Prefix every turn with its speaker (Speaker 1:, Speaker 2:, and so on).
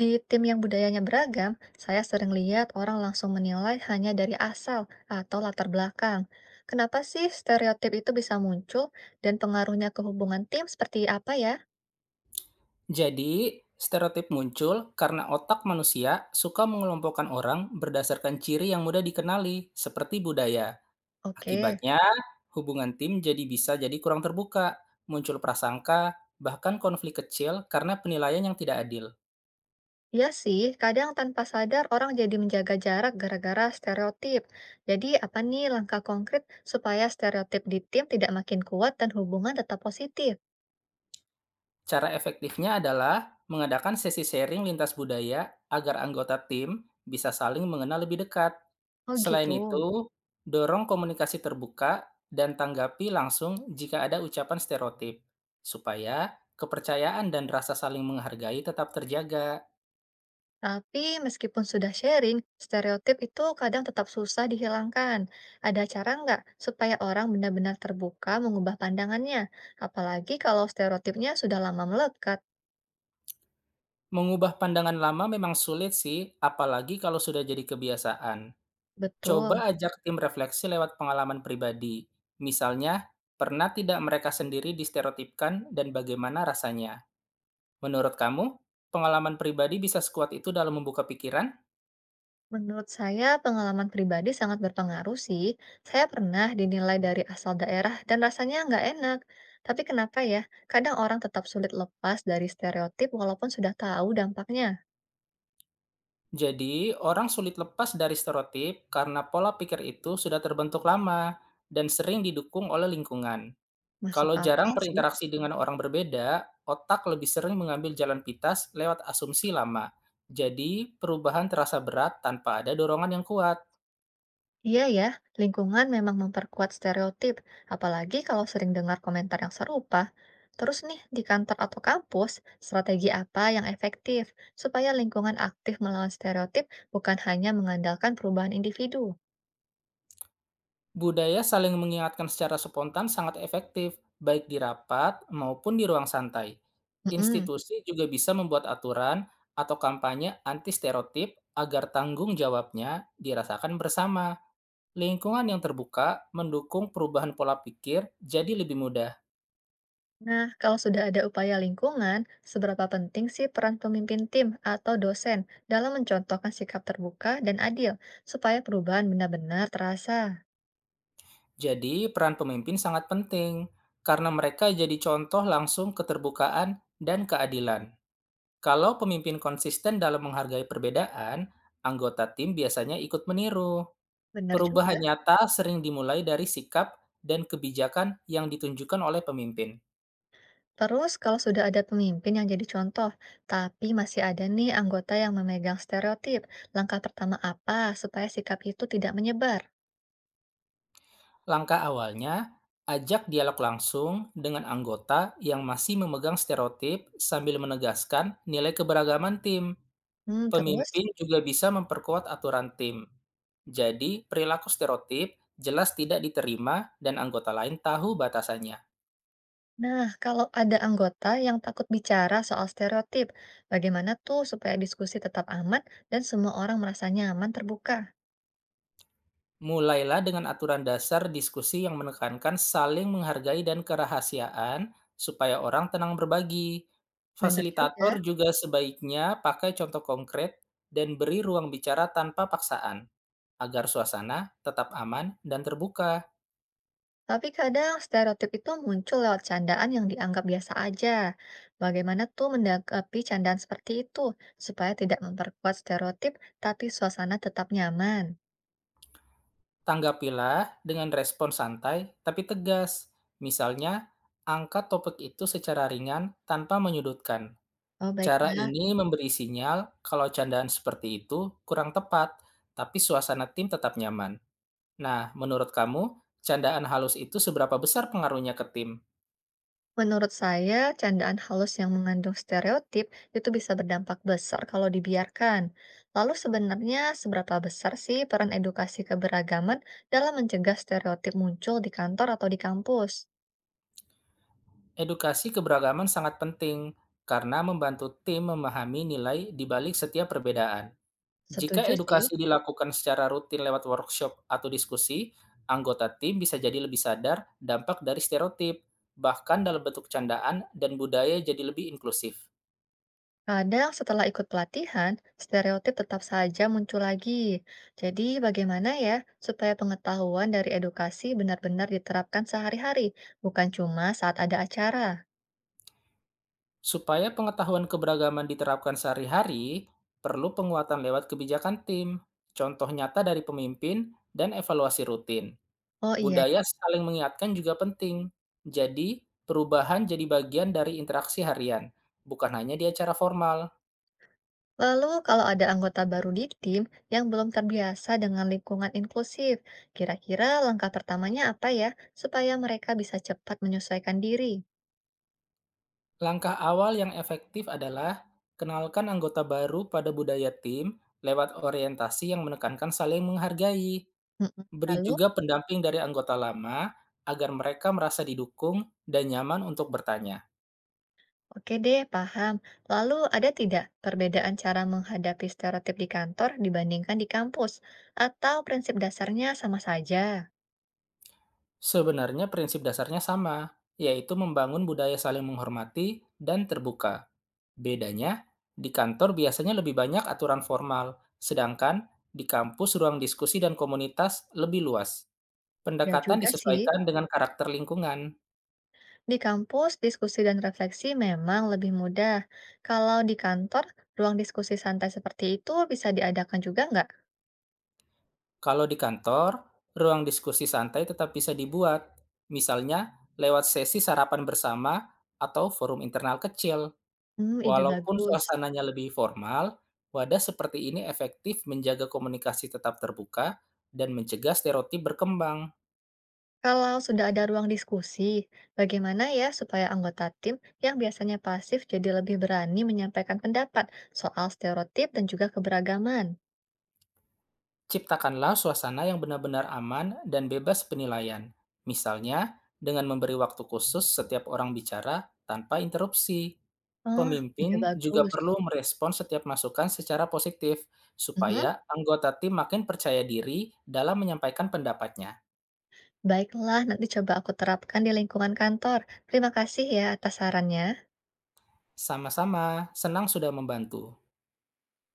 Speaker 1: Di tim yang budayanya beragam, saya sering lihat orang langsung menilai hanya dari asal atau latar belakang. Kenapa sih stereotip itu bisa muncul dan pengaruhnya ke hubungan tim seperti apa ya?
Speaker 2: Jadi, stereotip muncul karena otak manusia suka mengelompokkan orang berdasarkan ciri yang mudah dikenali, seperti budaya.
Speaker 1: Oke,
Speaker 2: Akibatnya, hubungan tim jadi bisa jadi kurang terbuka, muncul prasangka, bahkan konflik kecil karena penilaian yang tidak adil.
Speaker 1: ya sih, kadang tanpa sadar orang jadi menjaga jarak gara-gara stereotip. Jadi apa nih langkah konkret supaya stereotip di tim tidak makin kuat dan hubungan tetap positif?
Speaker 2: Cara efektifnya adalah mengadakan sesi sharing lintas budaya agar anggota tim bisa saling mengenal lebih dekat.
Speaker 1: Oh
Speaker 2: Selain
Speaker 1: gitu.
Speaker 2: itu, dorong komunikasi terbuka dan tanggapi langsung jika ada ucapan stereotip, supaya kepercayaan dan rasa saling menghargai tetap terjaga.
Speaker 1: Tapi meskipun sudah sharing, stereotip itu kadang tetap susah dihilangkan. Ada cara nggak supaya orang benar-benar terbuka mengubah pandangannya? Apalagi kalau stereotipnya sudah lama melekat.
Speaker 2: Mengubah pandangan lama memang sulit sih, apalagi kalau sudah jadi kebiasaan.
Speaker 1: Betul.
Speaker 2: Coba ajak tim refleksi lewat pengalaman pribadi. Misalnya, pernah tidak mereka sendiri distereotipkan dan bagaimana rasanya? Menurut kamu, pengalaman pribadi bisa sekuat itu dalam membuka pikiran?
Speaker 1: Menurut saya, pengalaman pribadi sangat berpengaruh sih. Saya pernah dinilai dari asal daerah dan rasanya nggak enak. Tapi kenapa ya, kadang orang tetap sulit lepas dari stereotip walaupun sudah tahu dampaknya.
Speaker 2: Jadi, orang sulit lepas dari stereotip karena pola pikir itu sudah terbentuk lama dan sering didukung oleh lingkungan.
Speaker 1: Masuk
Speaker 2: Kalau jarang
Speaker 1: akal sih.
Speaker 2: berinteraksi dengan orang berbeda, otak lebih sering mengambil jalan pintas lewat asumsi lama. Jadi, perubahan terasa berat tanpa ada dorongan yang kuat.
Speaker 1: Iya ya, lingkungan memang memperkuat stereotip, apalagi kalau sering dengar komentar yang serupa. Terus nih, di kantor atau kampus, strategi apa yang efektif supaya lingkungan aktif melawan stereotip bukan hanya mengandalkan perubahan individu?
Speaker 2: Budaya saling mengingatkan secara spontan sangat efektif, baik di rapat maupun di ruang santai.
Speaker 1: Mm-mm.
Speaker 2: Institusi juga bisa membuat aturan atau kampanye anti stereotip agar tanggung jawabnya dirasakan bersama. Lingkungan yang terbuka mendukung perubahan pola pikir jadi lebih mudah.
Speaker 1: Nah, kalau sudah ada upaya lingkungan, seberapa penting sih peran pemimpin tim atau dosen dalam mencontohkan sikap terbuka dan adil supaya perubahan benar-benar terasa?
Speaker 2: Jadi, peran pemimpin sangat penting karena mereka jadi contoh langsung keterbukaan dan keadilan. Kalau pemimpin konsisten dalam menghargai perbedaan, anggota tim biasanya ikut meniru.
Speaker 1: Benar
Speaker 2: Perubahan
Speaker 1: juga.
Speaker 2: nyata sering dimulai dari sikap dan kebijakan yang ditunjukkan oleh pemimpin.
Speaker 1: Terus kalau sudah ada pemimpin yang jadi contoh, tapi masih ada nih anggota yang memegang stereotip, langkah pertama apa supaya sikap itu tidak menyebar?
Speaker 2: Langkah awalnya, ajak dialog langsung dengan anggota yang masih memegang stereotip sambil menegaskan nilai keberagaman tim.
Speaker 1: Hmm, terus?
Speaker 2: Pemimpin juga bisa memperkuat aturan tim. Jadi, perilaku stereotip jelas tidak diterima dan anggota lain tahu batasannya.
Speaker 1: Nah, kalau ada anggota yang takut bicara soal stereotip, bagaimana tuh supaya diskusi tetap aman dan semua orang merasa nyaman terbuka?
Speaker 2: Mulailah dengan aturan dasar diskusi yang menekankan saling menghargai dan kerahasiaan, supaya orang tenang berbagi.
Speaker 1: Bener juga.
Speaker 2: Fasilitator juga sebaiknya pakai contoh konkret dan beri ruang bicara tanpa paksaan, agar suasana tetap aman dan terbuka.
Speaker 1: Tapi kadang stereotip itu muncul lewat candaan yang dianggap biasa aja. Bagaimana tuh menanggapi candaan seperti itu supaya tidak memperkuat stereotip, tapi suasana tetap nyaman?
Speaker 2: Tanggapilah dengan respon santai tapi tegas, misalnya angkat topik itu secara ringan tanpa menyudutkan.
Speaker 1: Oh,
Speaker 2: Cara
Speaker 1: baiklah.
Speaker 2: ini memberi sinyal kalau candaan seperti itu kurang tepat, tapi suasana tim tetap nyaman. Nah, menurut kamu, candaan halus itu seberapa besar pengaruhnya ke tim?
Speaker 1: Menurut saya, candaan halus yang mengandung stereotip itu bisa berdampak besar kalau dibiarkan. Lalu sebenarnya seberapa besar sih peran edukasi keberagaman dalam mencegah stereotip muncul di kantor atau di kampus?
Speaker 2: Edukasi keberagaman sangat penting karena membantu tim memahami nilai di balik setiap perbedaan. Jika
Speaker 1: Setuju sih.
Speaker 2: edukasi dilakukan secara rutin lewat workshop atau diskusi, anggota tim bisa jadi lebih sadar dampak dari stereotip, bahkan dalam bentuk candaan dan budaya jadi lebih inklusif.
Speaker 1: Kadang setelah ikut pelatihan, stereotip tetap saja muncul lagi. Jadi, bagaimana ya supaya pengetahuan dari edukasi benar-benar diterapkan sehari-hari, bukan cuma saat ada acara?
Speaker 2: Supaya pengetahuan keberagaman diterapkan sehari-hari, perlu penguatan lewat kebijakan tim, contoh nyata dari pemimpin, dan evaluasi rutin.
Speaker 1: Oh iya,
Speaker 2: Budaya saling mengingatkan juga penting. Jadi, perubahan jadi bagian dari interaksi harian, bukan hanya di acara formal.
Speaker 1: lalu kalau ada anggota baru di tim yang belum terbiasa dengan lingkungan inklusif, kira-kira langkah pertamanya apa ya supaya mereka bisa cepat menyesuaikan diri?
Speaker 2: Langkah awal yang efektif adalah kenalkan anggota baru pada budaya tim lewat orientasi yang menekankan saling menghargai.
Speaker 1: Mm-mm.
Speaker 2: Beri
Speaker 1: Lalu,
Speaker 2: juga pendamping dari anggota lama agar mereka merasa didukung dan nyaman untuk bertanya.
Speaker 1: oke deh, paham. Lalu ada tidak perbedaan cara menghadapi stereotip di kantor dibandingkan di kampus? Atau prinsip dasarnya sama saja?
Speaker 2: Sebenarnya prinsip dasarnya sama, yaitu membangun budaya saling menghormati dan terbuka. Bedanya, di kantor biasanya lebih banyak aturan formal, sedangkan di kampus ruang diskusi dan komunitas lebih luas.
Speaker 1: Ya
Speaker 2: Pendekatan
Speaker 1: juga sih,
Speaker 2: disesuaikan dengan karakter lingkungan.
Speaker 1: di kampus diskusi dan refleksi memang lebih mudah. Kalau di kantor, ruang diskusi santai seperti itu bisa diadakan juga nggak?
Speaker 2: Kalau di kantor, ruang diskusi santai tetap bisa dibuat, misalnya lewat sesi sarapan bersama atau forum internal kecil.
Speaker 1: Hmm, ide
Speaker 2: Walaupun
Speaker 1: bagus.
Speaker 2: suasananya lebih formal, wadah seperti ini efektif menjaga komunikasi tetap terbuka dan mencegah stereotip berkembang.
Speaker 1: Kalau sudah ada ruang diskusi, bagaimana ya supaya anggota tim yang biasanya pasif jadi lebih berani menyampaikan pendapat soal stereotip dan juga keberagaman?
Speaker 2: Ciptakanlah suasana yang benar-benar aman dan bebas penilaian. Misalnya, dengan memberi waktu khusus setiap orang bicara tanpa interupsi.
Speaker 1: Oh,
Speaker 2: Pemimpin
Speaker 1: ide
Speaker 2: juga
Speaker 1: bagus.
Speaker 2: perlu merespon setiap masukan secara positif,
Speaker 1: Mhm.
Speaker 2: supaya anggota tim makin percaya diri dalam menyampaikan pendapatnya.
Speaker 1: Baiklah, nanti coba aku terapkan di lingkungan kantor. Terima kasih ya atas sarannya.
Speaker 2: Sama-sama, senang sudah membantu.